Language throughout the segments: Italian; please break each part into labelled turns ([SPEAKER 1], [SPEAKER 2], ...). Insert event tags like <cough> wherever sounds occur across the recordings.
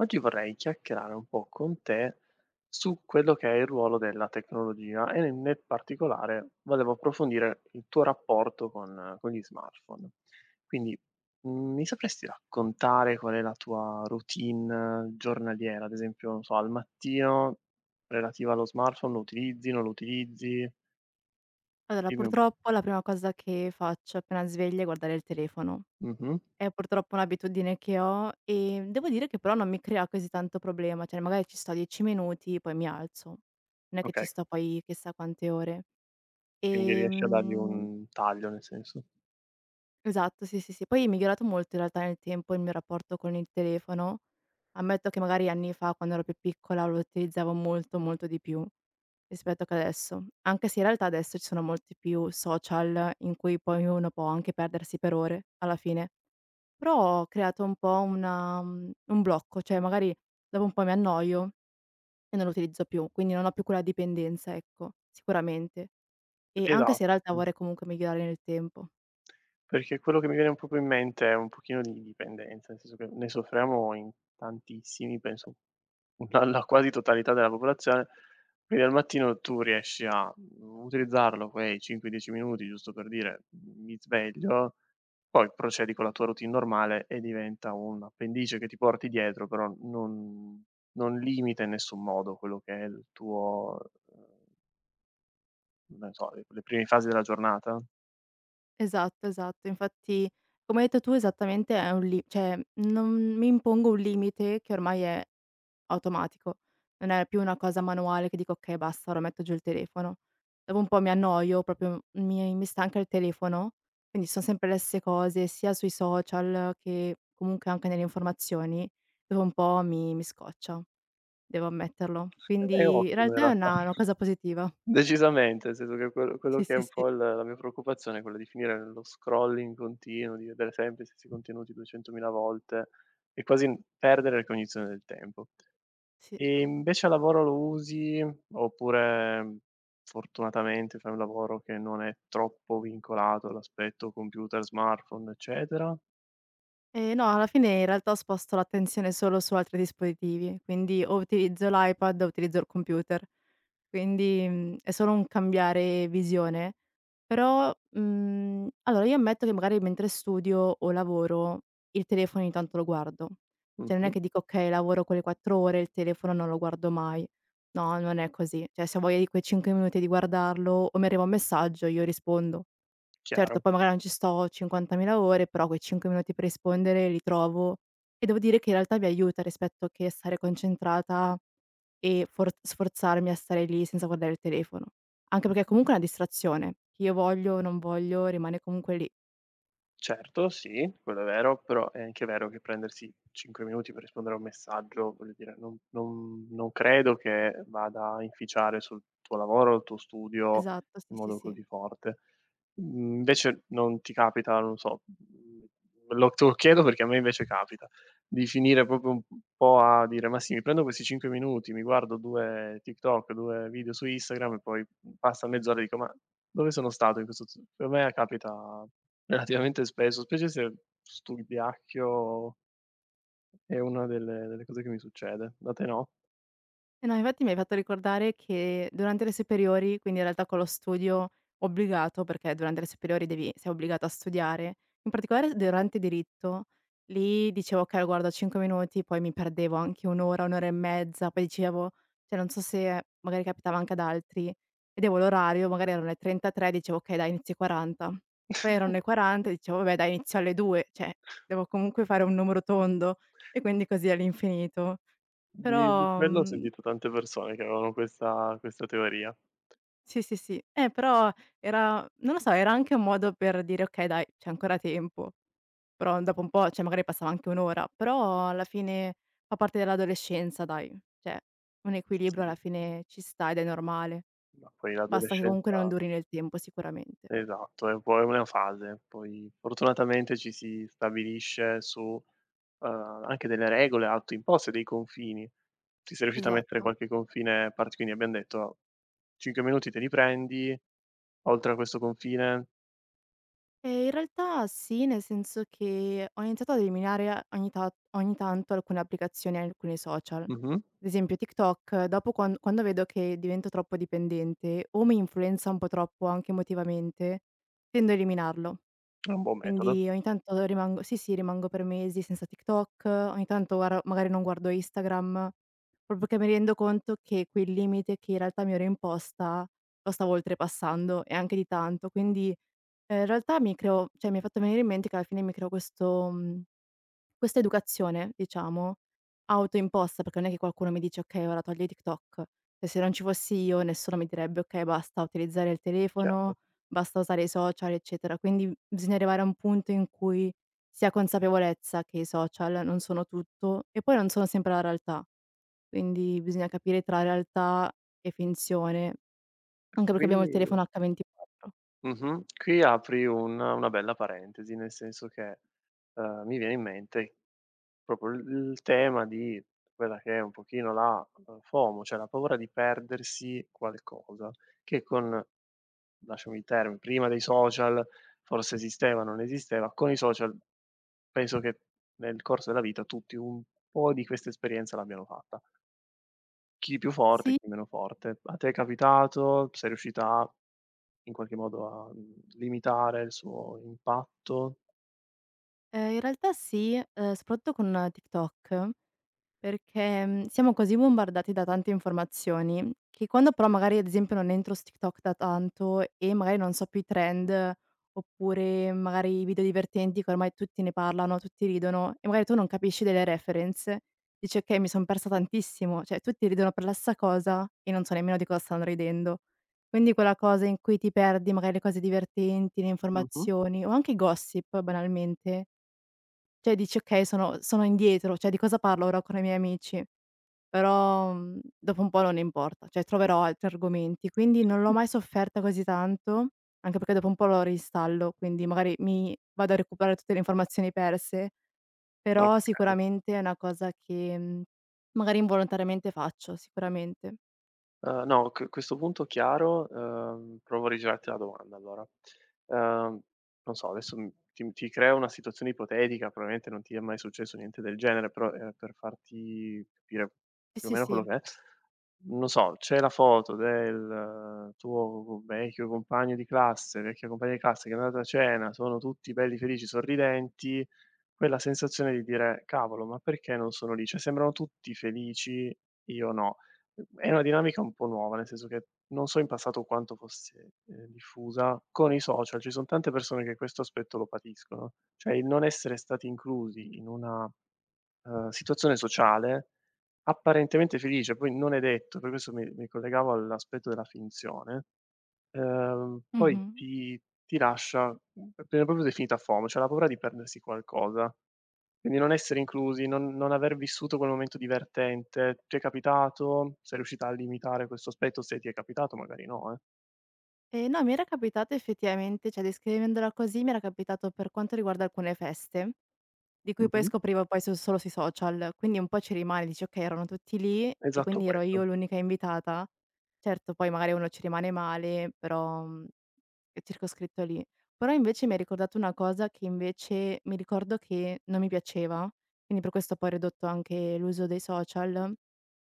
[SPEAKER 1] Oggi vorrei chiacchierare un po' con te su quello che è il ruolo della tecnologia e nel particolare volevo approfondire il tuo rapporto con gli smartphone. Quindi mi sapresti raccontare qual è la tua routine giornaliera, ad esempio, non so, al mattino relativa allo smartphone, lo utilizzi, non lo utilizzi?
[SPEAKER 2] Allora,
[SPEAKER 1] Dimmi un po'.
[SPEAKER 2] purtroppo la prima cosa che faccio appena sveglia è guardare il telefono.
[SPEAKER 1] Mh-mh.
[SPEAKER 2] È purtroppo un'abitudine che ho e devo dire che però non mi crea così tanto problema, cioè magari ci sto 10 minuti, poi mi alzo. Non è che ci
[SPEAKER 1] Okay,
[SPEAKER 2] sto poi chissà quante ore.
[SPEAKER 1] quindi riesci a dargli
[SPEAKER 2] Ehm
[SPEAKER 1] un taglio, nel senso.
[SPEAKER 2] Esatto, sì, sì, sì. Poi è migliorato molto in realtà nel tempo il mio rapporto con il telefono. Ammetto che magari anni fa, quando ero più piccola, lo utilizzavo molto, molto di più rispetto che adesso. Anche se in realtà adesso ci sono molti più social in cui poi uno può anche perdersi per ore alla fine. Però ho creato un po' un blocco, cioè magari dopo un po' mi annoio e non lo utilizzo più, quindi non ho più quella dipendenza, ecco, sicuramente. E anche
[SPEAKER 1] Esatto.
[SPEAKER 2] se in realtà vorrei comunque migliorare nel tempo.
[SPEAKER 1] Perché quello che mi viene proprio in mente è un pochino di dipendenza, nel senso che ne soffriamo in tantissimi, penso <laughs> la quasi totalità della popolazione. Quindi al mattino tu riesci a, utilizzarlo quei 5, 10 minuti, giusto per dire: "Mi sveglio", poi procedi con la tua routine normale e diventa un appendice che ti porti dietro, però non limita in nessun modo quello che è il tuo, ehm, non so, le prime fasi della giornata.
[SPEAKER 2] Esatto, esatto. Infatti, come hai detto tu esattamente è un li cioè, non mi impongo un limite che ormai è automatico. Non è più una cosa manuale che dico: "Okay, basta, ora metto giù il telefono." Dopo un po' mi annoio, proprio mi stanca il telefono, quindi son sempre le stesse cose, sia sui social che comunque anche nelle informazioni. Dopo un po' mi scoccia, devo ammetterlo.
[SPEAKER 1] È
[SPEAKER 2] Quindi in
[SPEAKER 1] ottimo in
[SPEAKER 2] realtà è
[SPEAKER 1] realtà.
[SPEAKER 2] una cosa positiva.
[SPEAKER 1] Decisamente, nel senso che quello
[SPEAKER 2] Sì,
[SPEAKER 1] che è
[SPEAKER 2] sì,
[SPEAKER 1] un
[SPEAKER 2] sì.
[SPEAKER 1] po' il la mia preoccupazione è quella di finire nello scrolling continuo, di vedere sempre gli stessi contenuti 200.000 volte e quasi n perdere la cognizione del tempo.
[SPEAKER 2] Sì.
[SPEAKER 1] E invece al lavoro lo usi oppure fortunatamente fai un lavoro che non è troppo vincolato all'aspetto computer, smartphone, eccetera?
[SPEAKER 2] No, alla fine in realtà sposto l'attenzione solo su altri dispositivi, quindi o utilizzo l'iPad o utilizzo il computer. Quindi, è solo un cambiare visione. Però, allora io ammetto che magari mentre studio o lavoro il telefono ogni tanto lo guardo. Cioè non è
[SPEAKER 1] Mh-mh,
[SPEAKER 2] che dico: "Okay, lavoro quelle 4 ore, il telefono non lo guardo mai." No, non è così. Cioè se ho voglia di quei 5 minuti di guardarlo o mi arriva un messaggio, io rispondo. Certo,
[SPEAKER 1] chiaro.
[SPEAKER 2] poi magari non ci sto 50.000 ore, però quei 5 minuti per rispondere li trovo e devo dire che in realtà mi aiuta rispetto che stare concentrata e for sforzarmi a stare lì senza guardare il telefono. Anche perché comunque è comunque una distrazione, che io voglio o non voglio rimane comunque lì.
[SPEAKER 1] Certo, sì, quello è vero, però è anche vero che prendersi 5 minuti per rispondere a un messaggio, voglio dire, non credo che vada a inficiare sul tuo lavoro o il tuo studio
[SPEAKER 2] Esatto,
[SPEAKER 1] in
[SPEAKER 2] sì, sì,
[SPEAKER 1] modo
[SPEAKER 2] sì.
[SPEAKER 1] così forte. Invece non ti capita, non so, lo te lo chiedo perché a me invece capita, di finire proprio un po' a dire: "Ma sì, mi prendo questi 5 minuti, mi guardo 2 TikTok, 2 video su Instagram e poi passa mezz'ora e dico: 'Ma dove sono stato in questo z'" per me capita relativamente spesso, specie se studiacchio è una delle cose che mi succede. Da te no?
[SPEAKER 2] Eh no, infatti mi hai fatto ricordare che durante le superiori, quindi in realtà con lo studio obbligato, perché durante le superiori devi sei obbligato a studiare, in particolare durante diritto, lì dicevo: "Okay, lo guardo 5 minuti", poi mi perdevo anche 1 ora, 1 ora e mezza, poi dicevo cioè non so se magari capitava anche ad altri, vedevo l'orario, magari erano le 33, dicevo: "Okay dai, inizio ai 40". Poi erano le
[SPEAKER 1] <laughs>
[SPEAKER 2] 40 e dicevo: "Vabbè dai, inizio alle 2", cioè devo comunque fare un numero tondo e quindi così all'infinito.
[SPEAKER 1] Di
[SPEAKER 2] Però,
[SPEAKER 1] quello ho
[SPEAKER 2] mhmm
[SPEAKER 1] sentito tante persone che avevano questa teoria.
[SPEAKER 2] Sì, sì, sì. Però era non lo so, era anche un modo per dire: "Okay dai, c'è ancora tempo." Però dopo un po', cioè magari passava anche 1 ora, però alla fine fa parte dell'adolescenza dai, cioè un equilibrio
[SPEAKER 1] Sì,
[SPEAKER 2] alla fine ci sta ed è normale.
[SPEAKER 1] ma poi
[SPEAKER 2] Basta che comunque non
[SPEAKER 1] l'adolescenza
[SPEAKER 2] duri nel tempo sicuramente.
[SPEAKER 1] esatto, è un po' è una fase. Poi fortunatamente ci si stabilisce su, anche delle regole autoimposte, dei confini. Ti sei riuscito a mettere
[SPEAKER 2] Esatto.
[SPEAKER 1] qualche confine part quindi abbiam detto: "5 minuti te li prendi, oltre a questo confine".
[SPEAKER 2] In realtà sì, nel senso che ho iniziato ad ogni tanto alcune applicazioni e alcuni social.
[SPEAKER 1] Mh-mh.
[SPEAKER 2] Ad esempio TikTok, dopo quando vedo che divento troppo dipendente o mi influenza un po' troppo anche emotivamente, tendo a eliminarlo.
[SPEAKER 1] È un buon metodo,
[SPEAKER 2] Quindi ogni tanto rimango sì, sì, rimango per mesi senza TikTok, ogni tanto guar magari non guardo Instagram, proprio che mi rendo conto che quel limite che in realtà mi ero imposta lo stavo oltrepassando e anche di tanto. Quindi in realtà mi creo cioè mi hai fatto venire in mente che alla fine mi creo questa educazione, diciamo, autoimposta, perché non è che qualcuno mi dice: "Okay, ora togli TikTok." E se non ci fossi io nessuno mi direbbe: "Okay, basta utilizzare il
[SPEAKER 1] certo.
[SPEAKER 2] telefono, basta usare i social, eccetera." Quindi bisogna arrivare a un punto in cui si ha consapevolezza che i social non sono tutto e poi non sono sempre la realtà, quindi bisogna capire tra realtà e finzione, anche perché abbiamo il
[SPEAKER 1] Qui
[SPEAKER 2] telefono H24.
[SPEAKER 1] qui apri un una bella parentesi, nel senso che, mi viene in mente proprio il tema di quella che è un pochino la, FOMO, cioè la paura di perdersi qualcosa, che con, lasciami il termine, prima dei social forse esisteva, non esisteva, con i social penso che nel corso della vita tutti un po' di questa esperienza l'abbiano fatta. Chi più forte,
[SPEAKER 2] Sì?
[SPEAKER 1] chi meno forte. A te è capitato? Sei riuscita in qualche modo a, limitare il suo impatto?
[SPEAKER 2] In realtà sì, soprattutto con TikTok, perché, siamo così bombardati da tante informazioni che quando però magari ad esempio non entro su TikTok da tanto e magari non so più i trend, oppure magari i video divertenti che ormai tutti ne parlano, tutti ridono e magari tu non capisci delle reference, dici: "Okay, mi son persa tantissimo." Cioè tutti ridono per la stessa cosa e non so nemmeno di cosa stanno ridendo. Quindi quella cosa in cui ti perdi magari le cose divertenti, le
[SPEAKER 1] Mh-mh.
[SPEAKER 2] informazioni o anche i gossip banalmente cioè dici: "Okay, sono indietro, cioè di cosa parlo ora con i miei amici?" Però, dopo un po' non importa, cioè troverò altri argomenti. Quindi non l'ho mai sofferta così tanto, anche perché dopo un po' lo reinstallo, quindi magari mi vado a recuperare tutte le informazioni perse, però
[SPEAKER 1] Okay.
[SPEAKER 2] sicuramente è una cosa che magari involontariamente faccio, sicuramente.
[SPEAKER 1] No, q questo punto chiaro, provo a rigirarti la domanda allora. Uhm, Non so, adesso, ti creo una situazione ipotetica, probabilmente non ti è mai successo niente del genere, però, per farti capire
[SPEAKER 2] Sì,
[SPEAKER 1] più o
[SPEAKER 2] sì,
[SPEAKER 1] meno
[SPEAKER 2] sì.
[SPEAKER 1] quello che è, non so, c'è la foto del tuo vecchio compagno di classe, vecchia compagna di classe che è andata a cena, sono tutti belli felici, sorridenti, quella sensazione di dire: "Cavolo, ma perché non sono lì? Cioè sembrano tutti felici, io no." È una dinamica un po' nuova, nel senso che non so in passato quanto fosse, diffusa. Con i social ci son tante persone che questo aspetto lo patiscono, cioè il non essere stati inclusi in una, situazione sociale apparentemente felice, poi non è detto, per questo mi collegavo all'aspetto della finzione. Poi
[SPEAKER 2] Mh-mh.
[SPEAKER 1] ti lascia, appena proprio definita FOMO, cioè la paura di perdersi qualcosa. Quindi non essere inclusi, non aver vissuto quel momento divertente. Ti è capitato? Sei riuscita a limitare questo aspetto? Se ti è capitato, magari no, eh.
[SPEAKER 2] E no, mi era capitato effettivamente, cioè descrivendola così mi era capitato per quanto riguarda alcune feste di cui poi
[SPEAKER 1] Mh-mh.
[SPEAKER 2] scoprivo poi su solo sui social, quindi un po' ci rimani, dici: "Okay, erano tutti lì e
[SPEAKER 1] Esatto
[SPEAKER 2] quindi ero
[SPEAKER 1] questo.
[SPEAKER 2] io l'unica invitata". Certo, poi magari uno ci rimane male, però è circoscritto lì. Però invece mi hai ricordato una cosa che invece mi ricordo che non mi piaceva, quindi per questo poi ho ridotto anche l'uso dei social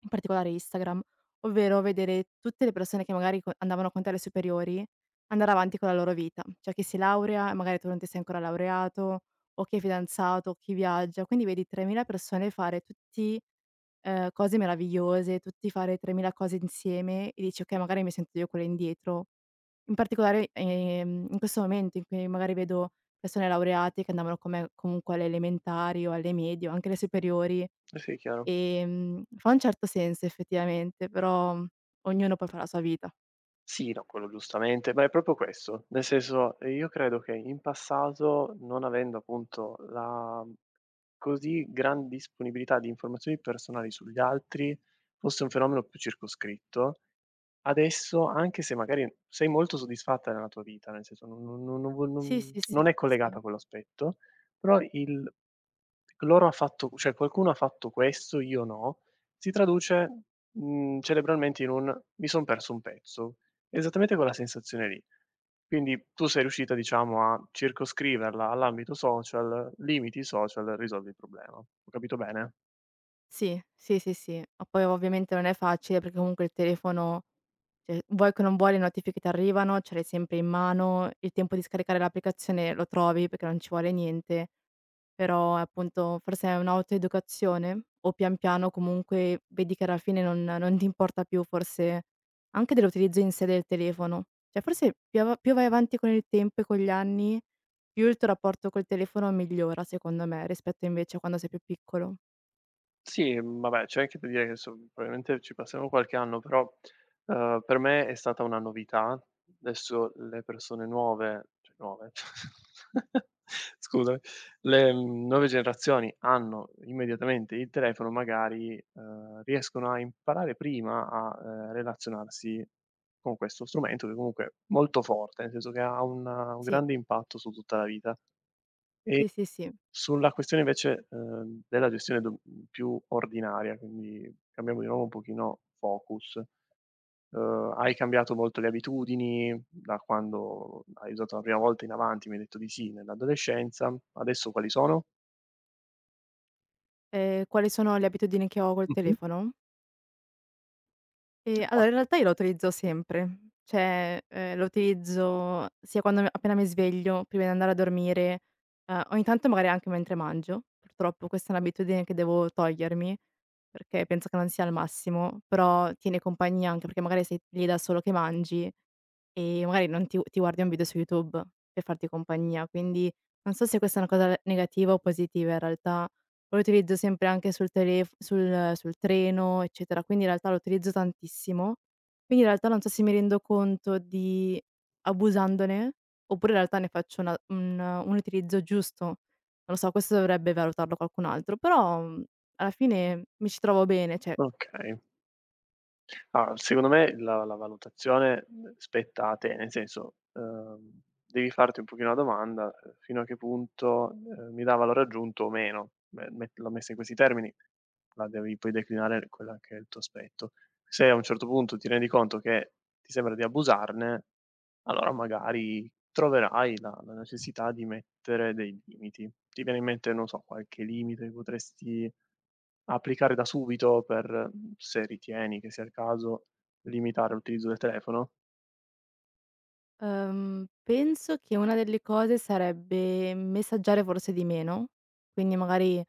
[SPEAKER 2] in particolare Instagram, ovvero vedere tutte le persone che magari co andavano con te alle superiori, andare avanti con la loro vita. Cioè chi si laurea e magari tu non ti sei ancora laureato, o chi è fidanzato, o chi viaggia. Quindi vedi 3000 persone fare tutti, cose meravigliose, tutti fare 3000 cose insieme e dici: "Okay, magari mi sento io quella indietro". In particolare, in questo momento in cui magari vedo persone laureate che andavano con me comunque alle elementari o alle medie o anche alle superiori.
[SPEAKER 1] Eh sì, chiaro.
[SPEAKER 2] Fa un certo senso effettivamente, ognuno poi fa la sua vita.
[SPEAKER 1] Sì, no, quello giustamente, ma è proprio questo. Nel senso, io credo che in passato, non avendo appunto la così gran disponibilità di informazioni personali sugli altri, fosse un fenomeno più circoscritto. Adesso, anche se magari sei molto soddisfatta della tua vita, nel senso non non non non vo
[SPEAKER 2] Sì,
[SPEAKER 1] non
[SPEAKER 2] sì, sì,
[SPEAKER 1] non è collegata
[SPEAKER 2] sì.
[SPEAKER 1] a quell'aspetto, però il loro ha fatto cioè qualcuno ha fatto questo, io no, si traduce, cerebralmente in un: "Mi son perso un pezzo". Esattamente quella sensazione lì. Quindi tu sei riuscita, diciamo, a circoscriverla all'ambito social, limiti social, risolvi il problema. Ho capito bene?
[SPEAKER 2] Sì, sì, sì, sì. Ma poi ovviamente non è facile perché comunque il telefono, cioè vuoi che non vuoi le notifiche t'arrivano, ce l'hai sempre in mano, il tempo di scaricare l'applicazione lo trovi perché non ci vuole niente. Però, appunto, forse è un'autoeducazione? O pian piano comunque vedi che alla fine non ti importa più forse anche dell'utilizzo in sé del telefono? Cioè forse più vai avanti con il tempo e con gli anni, più il tuo rapporto col telefono migliora secondo me, rispetto invece a quando sei più piccolo.
[SPEAKER 1] Sì, vabbè, c'è anche da dire che adesso probabilmente ci passeremo qualche anno, però, per me è stata una novità. Adesso le persone nuove cioè nuove, <laughs> scusami, le, nuove generazioni hanno immediatamente il telefono, magari, riescono a imparare prima a, relazionarsi con questo strumento che comunque è molto forte, nel senso che ha un
[SPEAKER 2] Sì,
[SPEAKER 1] grande impatto su tutta la vita. E
[SPEAKER 2] sì, sì, sì.
[SPEAKER 1] sulla questione invece, della gestione più ordinaria, quindi cambiamo di nuovo un pochino focus. Hai cambiato molto le abitudini da quando hai usato la prima volta in avanti? Mi hai detto di sì, nell'adolescenza. Adesso quali sono?
[SPEAKER 2] Quali sono le abitudini che ho col
[SPEAKER 1] Mh-mh.
[SPEAKER 2] telefono? Allora in
[SPEAKER 1] Esatto.
[SPEAKER 2] realtà io la utilizzo sempre. Cioè, la utilizzo sia quando m appena mi sveglio, prima di andare a dormire, ogni tanto magari anche mentre mangio. Purtroppo questa è un'abitudine che devo togliermi, perché penso che non sia il massimo, però tiene compagnia anche perché magari sei lì da solo che mangi. Magari non ti guardi un video su YouTube per farti compagnia, quindi non so se questa è una cosa negativa o positiva in realtà. Lo utilizzo sempre anche sul telef sul sul treno, eccetera, quindi in realtà lo utilizzo tantissimo. Quindi in realtà non so se mi rendo conto di abusandone, oppure in realtà ne faccio una un utilizzo giusto. Non lo so, questo dovrebbe valutarlo qualcun altro, però alla fine mi ci trovo bene, cioè
[SPEAKER 1] Okay. Allora, secondo me la valutazione, spetta a te, nel senso, devi farti un pochino la domanda, fino a che punto, mi dà valore aggiunto o meno. Me met l'ho messa in questi termini, la devi poi declinare quella che è il tuo aspetto se a un certo punto ti rendi conto che ti sembra di abusarne, allora magari troverai la necessità di mettere dei limiti. Ti viene in mente, non so, qualche limite che potresti applicare da subito per, se ritieni che sia il caso, limitare l'utilizzo del telefono?
[SPEAKER 2] Penso che una delle cose sarebbe messaggiare forse di meno, quindi magari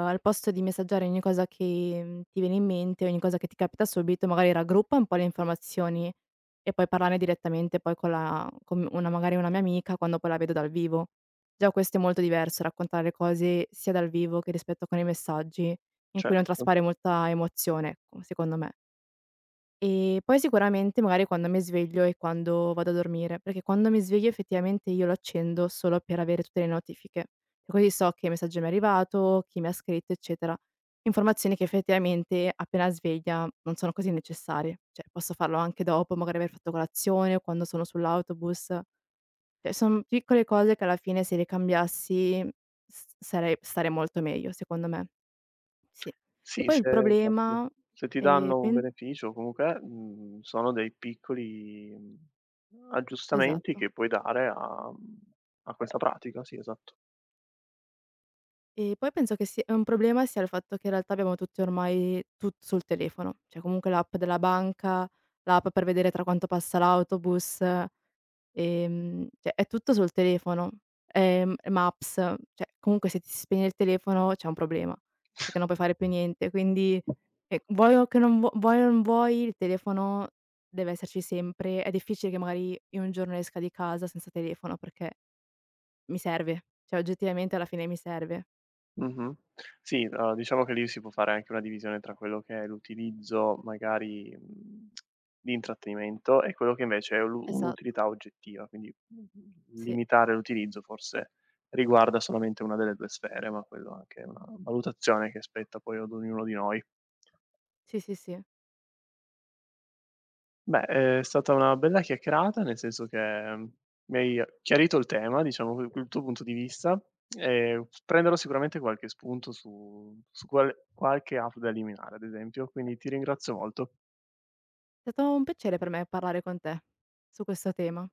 [SPEAKER 2] al posto di messaggiare ogni cosa che ti viene in mente, ogni cosa che ti capita subito, magari raggruppa un po' le informazioni e poi parlarne direttamente poi con una mia amica quando poi la vedo dal vivo. Già questo è molto diverso, raccontare le cose sia dal vivo che rispetto con i messaggi in cui non
[SPEAKER 1] Certo.
[SPEAKER 2] traspare molta emozione, ecco, secondo me. E poi sicuramente magari quando mi sveglio e quando vado a dormire, perché quando mi sveglio effettivamente io lo accendo solo per avere tutte le notifiche. Così so che messaggio mi è arrivato, chi mi ha scritto, eccetera. Informazioni che effettivamente appena sveglia non sono così necessarie. Cioè posso farlo anche dopo, magari aver fatto colazione o quando sono sull'autobus. Cioè sono piccole cose che alla fine se le cambiassi starei molto meglio, secondo me. Sì. E
[SPEAKER 1] Sì,
[SPEAKER 2] poi il
[SPEAKER 1] se esatto.
[SPEAKER 2] problema...
[SPEAKER 1] Se ti
[SPEAKER 2] eh,
[SPEAKER 1] danno un
[SPEAKER 2] pen-
[SPEAKER 1] beneficio comunque, sono dei piccoli, aggiustamenti
[SPEAKER 2] esatto.
[SPEAKER 1] che puoi dare a questa pratica, sì, esatto.
[SPEAKER 2] E poi penso che è un problema sia il fatto che in realtà abbiamo tutti ormai tutto sul telefono, cioè comunque l'app della banca, l'app per vedere tra quanto passa l'autobus, cioè è tutto sul telefono, Maps, cioè comunque se ti si spegne il telefono c'è un problema, perché non puoi fare più niente. Quindi, vuoi o non vuoi il telefono deve esserci sempre. È difficile che magari io un giorno esca di casa senza telefono perché mi serve, cioè oggettivamente alla fine mi serve.
[SPEAKER 1] Mh-mh. Sì, diciamo che lì si può fare anche una divisione tra quello che è l'utilizzo magari, di intrattenimento e quello che invece è l'u
[SPEAKER 2] Esatto.
[SPEAKER 1] un'utilità oggettiva, quindi,
[SPEAKER 2] Sì,
[SPEAKER 1] limitare l'utilizzo forse riguarda solamente una delle 2 sfere, ma quello anche è una valutazione che spetta poi ad ognuno di noi.
[SPEAKER 2] sì, sì, sì.
[SPEAKER 1] Beh, è stata una bella chiacchierata, nel senso che, mi hai chiarito il tema, diciamo, co col tuo punto di vista, e prenderò sicuramente qualche spunto su qualche app da eliminare, ad esempio, quindi ti ringrazio molto.
[SPEAKER 2] È stato un piacere per me parlare con te su questo tema.